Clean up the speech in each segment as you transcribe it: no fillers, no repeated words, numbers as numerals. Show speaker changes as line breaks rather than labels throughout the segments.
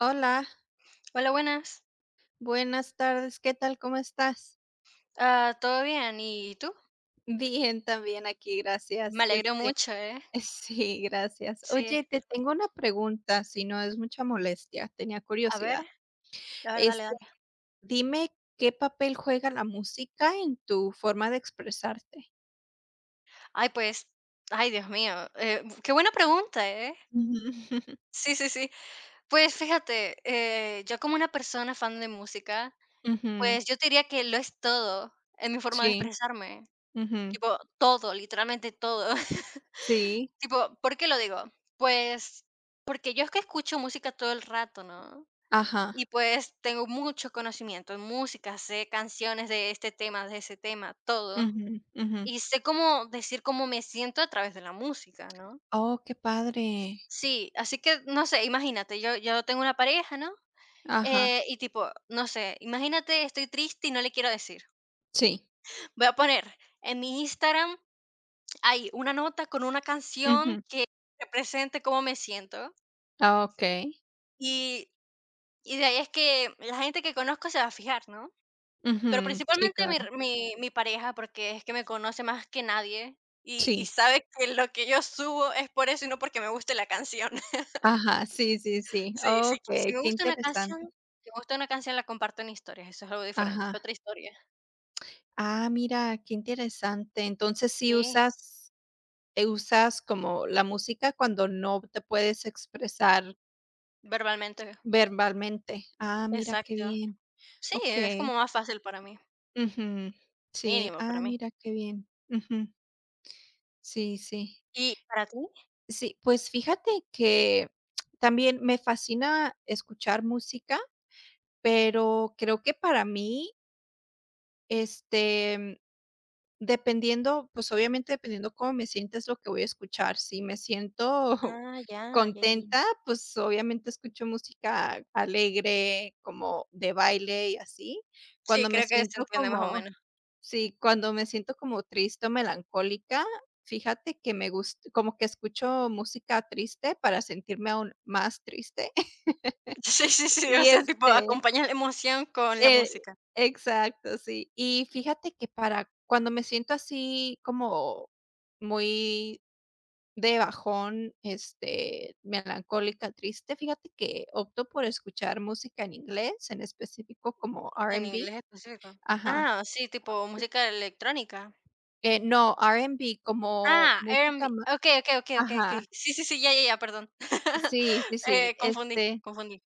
Hola,
Hola, buenas.
buenas tardes, ¿qué tal? ¿Cómo estás?
Ah, ¿todo bien? ¿Y tú?
Bien, también aquí,
Me
gracias. Es
alegro mucho, ¿eh?
Sí, gracias.
Sí.
Oye, te tengo una pregunta, si no es mucha molestia, tenía
A ver,
curiosidad.
a ver, dale,
Este,
dale.
dime qué papel juega la música en tu forma de expresarte.
Ay, pues, ay, Dios mío. Qué buena pregunta, ¿eh?
Ujú.
Sí, sí, sí. Pues fíjate, yo como una persona fan de música,
Ujú.
pues yo te diría que lo es todo en mi forma de
Sí,
expresarme.
ujú.
Tipo, todo, literalmente todo.
Sí,
Tipo, ¿por qué lo digo? Pues porque yo es que escucho música todo el rato, ¿no? Y
ajá.
pues tengo mucho conocimiento en música, sé canciones de este tema, de ese tema, todo.
Ujú, ujú.
Y sé cómo decir cómo me siento a través de la música, ¿no?
Oh, qué padre.
Sí, así que no sé, imagínate, yo tengo una pareja, ¿no?
Ajá,
Y tipo, no sé, imagínate, estoy triste y no le quiero decir.
sí.
Voy a poner en mi Instagram hay una nota con una canción
Ujú.
que represente cómo me siento.
Ah, okey.
Y, y de ahí es que la gente que conozco se va a fijar, ¿no? Pero
Ujú. Sí,
principalmente mi
claro.
mi mi pareja, porque es que me conoce más que nadie y
Sí.
sabe que lo que yo subo es por eso y no porque me guste la canción.
Ajá, sí, sí, sí.
Sí, sí, si
Okey,
me
qué
gusta una canción
interesante.
si me gusta una canción, la comparto en historias, eso es algo diferente,
Ajá.
es otra historia.
Ah, mira, qué interesante. Entonces, si
Sí,
usas como la música cuando no te puedes expresar
verbalmente,
verbalmente. Ah, mira, qué
exacto.
bien.
Sí, es
Okey.
como más fácil para mí,
Ujú. Sí.
mínimo para
Ah,
mí.
mira, qué bien. Ujú. Sí, sí.
¿Y para ti?
Sí, pues fíjate que también me fascina escuchar música, pero creo que para mí, este Dependiendo, pues, obviamente, dependiendo cómo me sienta, es lo que voy a escuchar. Si me siento
Ah, ya, ya, ya, ya.
contenta, pues, obviamente, escucho música alegre, como de baile y así.
Sí,
Cuando me
creo que se
siento
entiende más o
como
menos.
sí, cuando me siento como triste o melancólica, fíjate que me gusta, como que escucho música triste para sentirme aún más triste.
Sí, sí, sí, o
Y,
sea, tipo, acompañas la emoción con la
eh,
música.
exacto, sí. Y fíjate que para cuando me siento así como muy de bajón, melancólica, triste, fíjate que opto por escuchar música en inglés, en específico como R
En
and B.
inglés específico.
Ajá.
Ah, sí, tipo música electrónica.
No, R and B como
Ah, R&B.
música ma
Okey, okey, okey, okey, okey.
ajá.
Sí, sí, sí, ya, ya, ya, perdón.
Sí, sí, sí.
Confundí, confundí.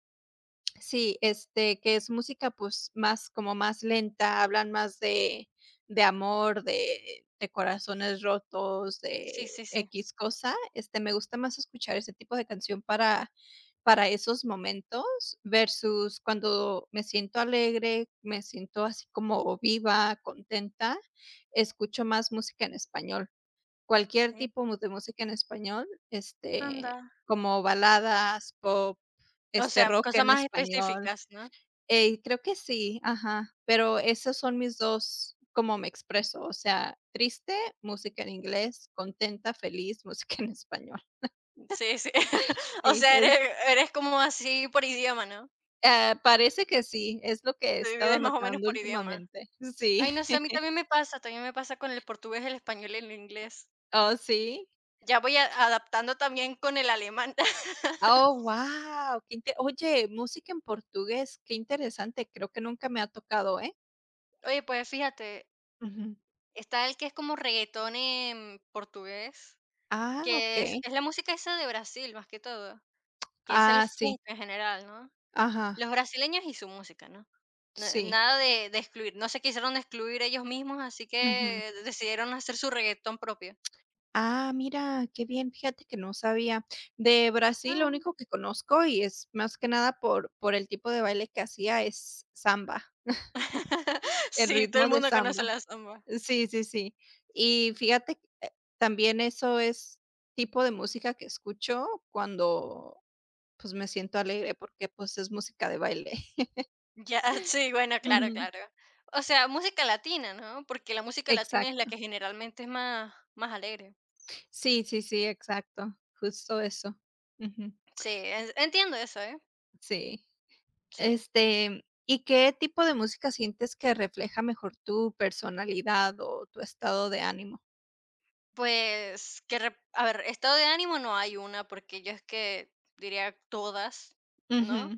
Sí, que es música, pues, más como más lenta, hablan más de amor, de corazones rotos,
Sí,
de
sí, sí,
x cosa, me gusta más escuchar ese tipo de canción para esos momentos, versus cuando me siento alegre, me siento así como viva, contenta, escucho más música en español. Cualquier
sí.
tipo mu de música en español,
Anda.
como baladas, pop,
O sea,
rock
cosas
en
más
español.
específicas, ¿no?
Ey, creo que sí, ajá, pero esos son mis 2 como me expreso, o sea, triste, música en inglés, contenta, feliz, música en español.
Sí, sí. O
Sí,
sea, eres como así por idioma, ¿no?
parece que sí, es lo que he
Te
estado
divides más o menos
notando
por idioma.
últimamente. Sí.
Ay, no sé, a mí también me pasa con el portugués, el español y el inglés.
Oh, ¿sí?
Ya voy a adaptando también con el alemán.
Oh, wow. Oye, música en portugués, qué interesante, creo que nunca me ha tocado, ¿eh?
Oye, pues fíjate.
Ujú.
Está el que es como reguetón en portugués,
Ah,
que
okey.
es la música esa de Brasil, más que todo, que es el
Ah, sí.
funk en general, ¿no?
Ajá.
Los brasileños y su música, ¿no? Na
Sí.
Nada de excluir, no se quisieron excluir ellos mismos, así
Ujú.
que decidieron hacer su reguetón propio.
Ah, mira, qué bien, fíjate que no sabía. De Brasil, lo
Ah.
único que conozco, y es más que nada por el tipo de baile que hacía, es samba, el
Sí, todo el
ritmo de
mundo conoce
samba.
la samba.
Sí, sí, sí. Y fíjate, que, también eso es tipo de música que escucho cuando, pues, me siento alegre, porque, pues, es música de baile.
Ya, sí, bueno, claro,
Ujú.
claro. O sea, música latina, ¿no? Porque la música latina es la
Exacto.
que generalmente es más alegre.
Sí, sí, sí, exacto. Justo eso. Ujú.
Sí, en entiendo eso, ¿eh?
Sí.
Sí.
¿Y qué tipo de música sientes que refleja mejor tu personalidad o tu estado de ánimo?
Pues, que rep a ver, estado de ánimo no hay una, porque yo es que diría todas,
Ujú,
¿no?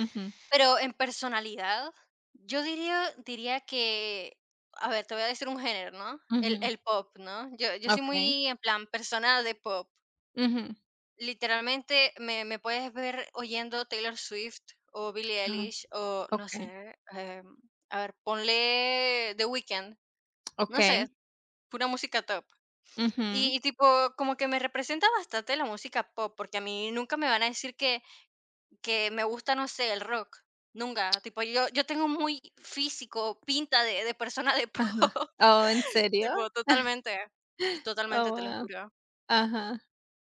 ujú,
Pero en personalidad, yo diría que, a ver, te voy a decir un género, ¿no?
ujú.
El pop, ¿no? Yo soy
Okey.
muy, en plan, persona de pop.
Ujú.
Literalmente, me puedes ver oyendo Taylor Swift o Billie
Ah,
Eilish o, no
okey,
sé, a ver, ponle The Weeknd, no sé,
okey.
pura música top.
Ujú.
Y tipo, como que me representa bastante la música pop, porque a mí nunca me van a decir que me gusta, no sé, el rock, nunca. Tipo, yo tengo muy físico, pinta de persona de pop,
Ajá. Oh, ¿en serio?
tipo, totalmente,
Oh,
totalmente, te lo
guau.
juro.
Ajá.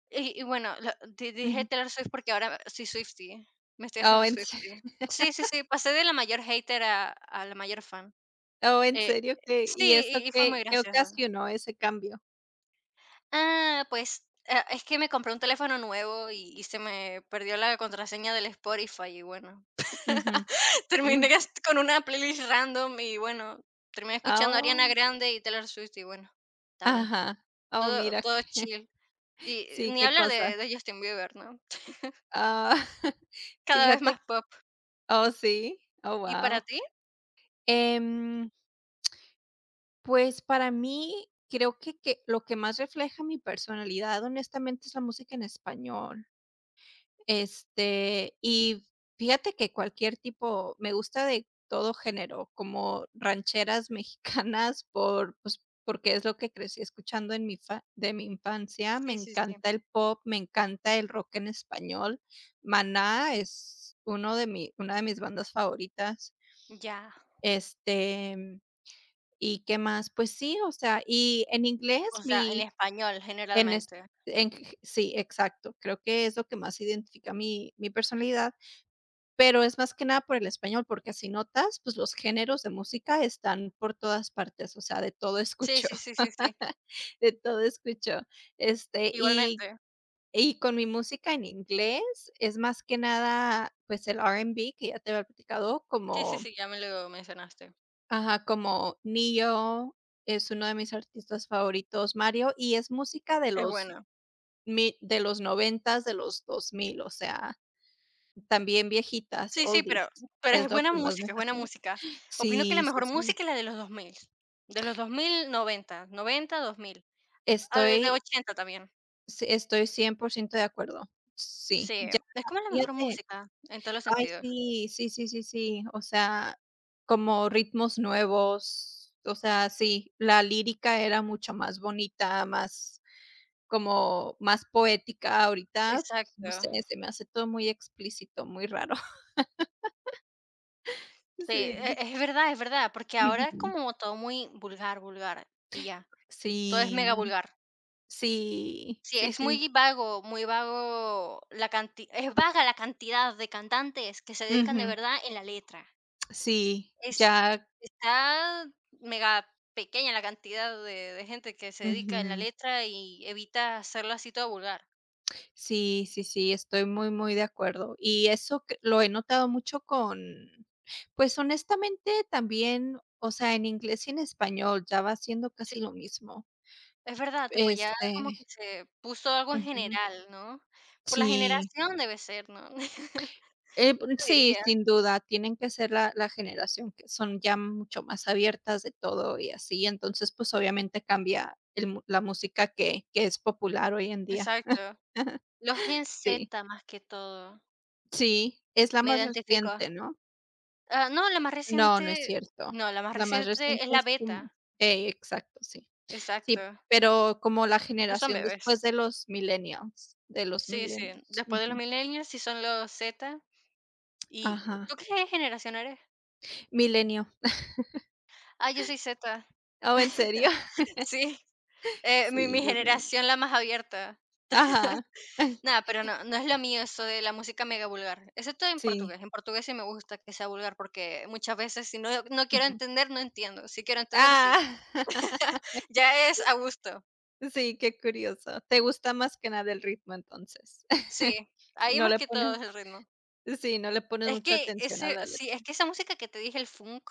Y bueno, lo di dije
Ujú.
Taylor Swift porque ahora soy Swiftie, me estoy
Oh,
haciendo
¿en se
Swiftie. Sí, sí, sí, pasé de la mayor hater a la mayor fan.
oh, en
Eh,
serio? ¿Qué
sí,
y eso
y fue
qué
muy
qué
gracioso.
ocasionó ese cambio?
Es que me compré un teléfono nuevo y se me perdió la contraseña del Spotify y bueno,
Ujú. Mm.
terminé gast con una playlist random y bueno, terminé escuchando a Ariana
Oh.
Grande y Taylor Swift y bueno, está bueno.
Ajá. Oh, mira,
Todo chill. Y
sí,
ni
qué
hablar
cosa.
de Justin Bieber, ¿no?
Ah,
Cada vez
fíjate.
más pop.
Oh, sí. Oh,
¿Y para
wow.
ti?
Em, pues, para mí, creo que lo que más refleja mi personalidad, honestamente, es la música en español. Y fíjate que cualquier tipo me gusta de todo género, como rancheras mexicanas pues, porque es lo que crecí escuchando en mi fa de mi infancia. Me
Sí, sí, sí.
encanta el pop, me encanta el rock en español. Maná es uno de mi una de mis bandas favoritas.
Ya.
Este, ¿Y qué más? Pues sí, o sea, y en inglés
O sea, en
mi
español
en es
generalmente.
en sí, exacto. Creo que es lo que más identifica mi personalidad. Pero es más que nada por el español, porque si notas, pues, los géneros de música están por todas partes, o sea, de todo
Sí,
escucho,
sí, sí, sí, sí.
de todo escucho. Este, y
Igualmente.
y con mi música en inglés es más que nada, pues, el R&B, que ya te había platicado,
Sí, sí,
como
sí, ya me lo mencionaste.
ajá, como ne es uno de mis artistas favoritos, Mario, y es música de
Es
los
bueno.
mi de los noventas, de los dos mil, o sea, también viejitas,
Sí, sí,
oldies,
pero
es
es
lo
buena
que más me
música, es buena
fascina.
música. Opino que la
Sí, sí,
mejor
sí.
música es la de los 2000, de los 2000, 90, 90, 2000, ah, de
Estoy
80 también.
sí, estoy 100% de acuerdo. Sí,
Sí,
ya,
es como la mejor
fíjate.
música en todos los
Ay,
sentidos.
sí, sí, sí, sí, sí, o sea, como ritmos nuevos, o sea, sí, la lírica era mucho más bonita, más como más poética, ahorita, pues, no
Exacto.
sé, se me hace todo muy explícito, muy raro.
Sí,
Sí.
es verdad, porque ahora es
Ujú.
como todo muy vulgar, vulgar y ya, todo es mega
Sí,
vulgar.
sí,
Sí,
sí,
es
sí.
muy vago la canti es vaga la cantidad de cantantes que se dedican de
Ujú.
verdad en la letra.
Sí,
Es
ya.
Está mega pequeña la cantidad de gente que se dedica en la
Ujú.
letra y evita hacerlo así todo vulgar.
Sí, sí, sí, estoy muy, muy de acuerdo. Y eso que lo he notado mucho con, pues, honestamente también, o sea, en inglés y en español ya va siendo
Sí,
casi lo mismo.
es verdad, tipo, ya como
Este,
que se puso algo en
ujú,
general, ¿no? Por la
sí,
generación debe ser, ¿no?
sí,
diría.
sin duda, tienen que ser la generación que son ya mucho más abiertas de todo y así, entonces, pues, obviamente cambia el mu la música que es popular hoy en día.
Exacto. Los Gen
Sí,
Z más que todo,
sí, es la
me
más
identifico.
reciente, ¿no?
Ah, no, la más
No, no es
reciente
cierto.
no, la más
La más
reciente
reciente
es la
es
beta,
como exacto, sí. Sí,
exacto,
pero como la
no son
generación
bebés.
después de los millennials, de los
Sí, sí,
millennials.
después de los
Ujú.
millennials sí son los Z. ¿Y tú
Ajá.
qué generación eres?
Milenio.
Ah, yo soy Z.
Oh, ¿en serio?
Sí,
Sí,
mi
yo sé.
generación la más abierta.
Ajá.
Nada, pero no, no es lo mío eso de la música mega vulgar, excepto en
Sí.
portugués. En portugués sí me gusta que sea vulgar porque muchas veces si no, no quiero
Ujú.
entender, no entiendo. Si quiero entender, sí.
Ah,
Ya es a gusto.
sí, qué curioso. Te gusta más que nada el ritmo, entonces.
Sí, ahí
No
más
le
que todo
pones
es el ritmo.
sí, no le pones
Es
mucha
que
atención a
ese
la
sí,
letra.
es que esa música que te dije, el funk,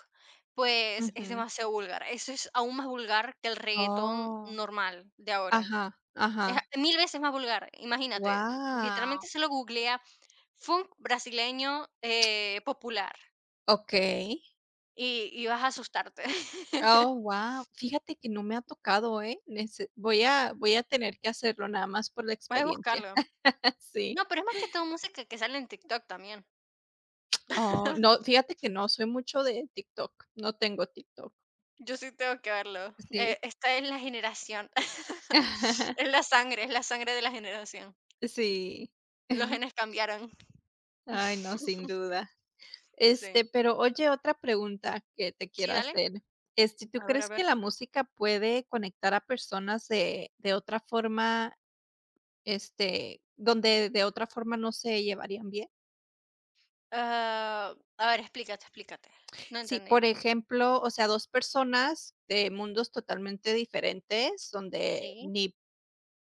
pues es
Ujú.
demasiado vulgar. Eso es aún más vulgar que el reggaetón
Oh.
normal de ahora.
Ajá,
Es a
ajá.
mil veces más vulgar, imagínate,
Wow.
literalmente se lo googlea funk brasileño, popular
Okey.
y vas a asustarte.
Oh, guau. Fíjate que no me ha tocado, ¿eh? Nece voy a voy a tener que hacerlo nada más por la
Puedes
experiencia.
buscarlo.
Sí.
No, pero es más que todo música que sale en TikTok también.
Oh, no, fíjate que no soy mucho de TikTok. No tengo TikTok.
Yo sí tengo que verlo.
Sí.
Está en la generación. Es la sangre de la generación.
Sí.
Los genes cambiaron.
Ay, no, sin duda.
Sí.
Pero oye, otra pregunta que te quiero
Sí, dale.
hacer. ¿Tú
A ver, a
crees que
ver.
la música puede conectar a personas de otra forma, donde de otra forma no se llevarían bien?
Ah, a ver, explícate, explícate. No
Sí,
entendía.
por ejemplo, o sea, 2 personas de mundos totalmente diferentes, donde
Sí.
ni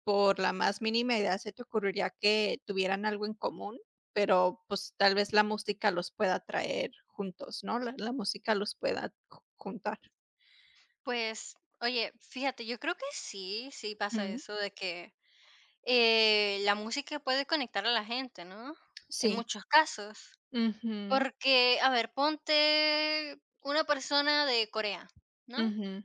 por la más mínima idea se te ocurriría que tuvieran algo en común, pero, pues, tal vez la música los pueda traer juntos, ¿no? La música los pueda ju juntar.
Pues, oye, fíjate, yo creo que sí, sí pasa
Ujú.
eso de que la música puede conectar a la gente, ¿no? En
Sí.
muchos casos.
Ujú,
Porque, a ver, ponte una persona de Corea, ¿no?
ujú.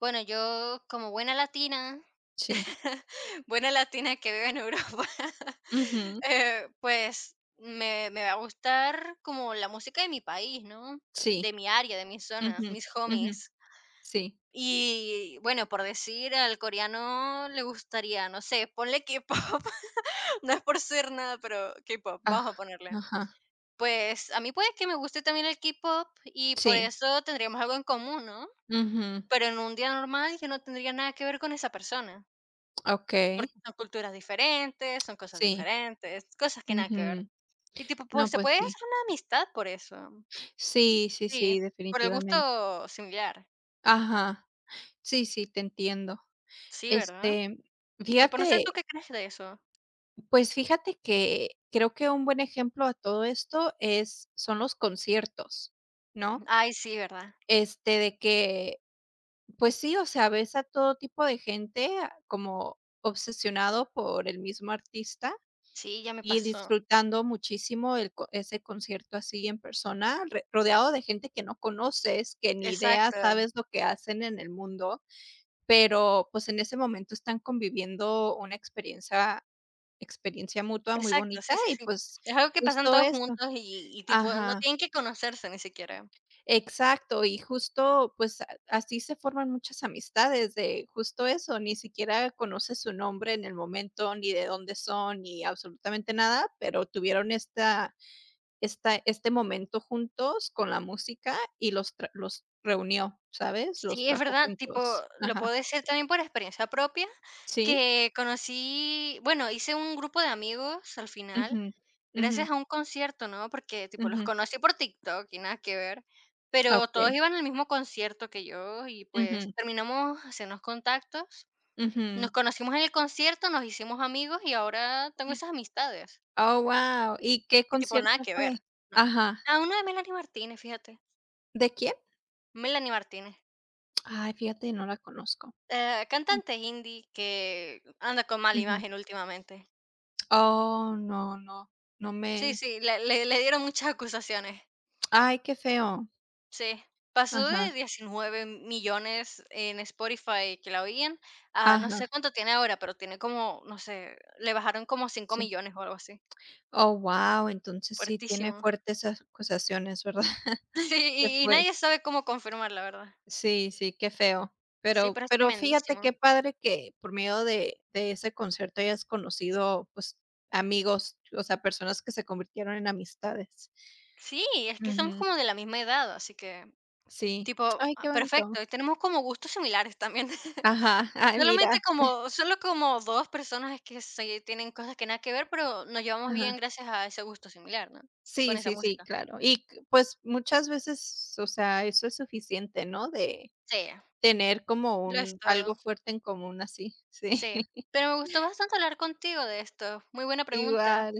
Bueno, yo como buena latina,
Sí.
buena latina que vive en Europa,
Ujú.
me va a gustar como la música de mi país, ¿no?
Sí.
De mi área, de mi zona,
Ujú,
mis
ujú.
homies.
Sí.
Y bueno, por decir, al coreano le gustaría, no sé, ponle K-pop, no es por ser nada, pero K-pop,
Ah,
vamos a ponerle.
ajá.
Pues a mí puede que me guste también el K-pop y por
Sí.
eso tendríamos algo en común, ¿no?
Ujú.
Pero en un día normal yo no tendría nada que ver con esa persona,
Okey.
porque son culturas diferentes, son cosas
Sí.
diferentes, cosas que nada que ver.
Ujú.
Y tipo,
No,
pues se
pues
puede
sí.
hacer una amistad por eso.
Sí, sí,
Sí,
sí,
por el
definitivamente.
gusto similar.
Ajá. Sí, sí, te entiendo.
Sí, ¿verdad?
Este,
Tipo, no sé
fíjate,
tú qué crees de eso.
pues fíjate que creo que un buen ejemplo a todo esto es son los conciertos, ¿no?
Ay, sí, ¿verdad?
De que, pues sí, o sea, ves a todo tipo de gente como obsesionado por el mismo artista
Sí, ya me
y
pasó.
disfrutando muchísimo el co ese concierto así en persona, re rodeado de gente que no conoces, que ni idea
Exacto,
sabes lo que hacen en el mundo. Pero, pues, en ese momento están conviviendo una experiencia mutua muy
exacto,
bonita
sí, sí,
y,
sí.
pues,
Es algo que pasan
justo
todos
esto
juntos y tipo, no
ajá,
tienen que conocerse ni siquiera.
exacto. Y justo, pues, a así se forman muchas amistades de justo eso, ni siquiera conoces su nombre en el momento, ni de dónde son, ni absolutamente nada, pero tuvieron esta esta este momento juntos con la música y los reunió, ¿sabes? Los
Sí, es
trajo
verdad, tipo,
juntos.
lo
Ajá.
puedo decir también por experiencia propia,
Sí.
que conocí, bueno, hice un grupo de amigos al
Ujú,
final,
ujú.
gracias a un concierto, ¿no? Porque tipo, los
Ujú.
conocí por TikTok y nada que ver, pero todos
Okay.
iban al mismo concierto que yo y pues
Ujú,
terminamos haciendo contactos,
ujú.
nos conocimos en el concierto, nos hicimos amigos y ahora tengo esas amistades.
Oh, wow. ¿Y qué
Y tipo, nada
concierto
que
fue?
ver. na-
Ajá.
Ah, una de Melanie Martínez, fíjate.
¿De quién?
Melanie Martínez.
Ay, fíjate, no la conozco. Mm,
Cantante indie que anda con mala
ujú.
imagen últimamente.
Oh, no, no, no
Sí,
me
sí, le dieron muchas acusaciones.
ay, qué feo.
Sí. Pasó
Ajá,
de 19 millones en Spotify que la oían a no sé
ajá,
cuánto tiene ahora, pero tiene como, no sé, le bajaron como cinco
sí.
millones o algo así.
Oh, wow. Entonces sí tiene
Fuertísimo.
fuertes acusaciones, ¿verdad?
Sí,
Que
y
fue
nadie sabe cómo confirmar, la verdad.
Sí, sí, qué feo.
Sí,
Pero
pero es
pero fíjate
tremendísimo.
qué padre que por medio de ese concierto hayas conocido, pues, amigos, o sea, personas que se convirtieron en amistades.
Sí, es que somos
Ujú,
como de la misma edad, así que
sí.
tipo,
Ay,
ah,
qué bonito.
perfecto, y tenemos como gustos similares también.
Ajá, ay,
Solamente
mira.
como Solo como 2 personas es que se tienen cosas que nada que ver, pero nos llevamos
Ajá.
bien gracias a ese gusto similar, ¿no?
Sí,
Con esa
sí, sí,
música.
claro. Y c pues, muchas veces, o sea, eso es suficiente, ¿no? De
Sí,
tener como
lo es
un algo
todo.
fuerte en común así, sí.
Sí. Pero me gustó bastante hablar contigo de esto. Muy buena pregunta.
Igual.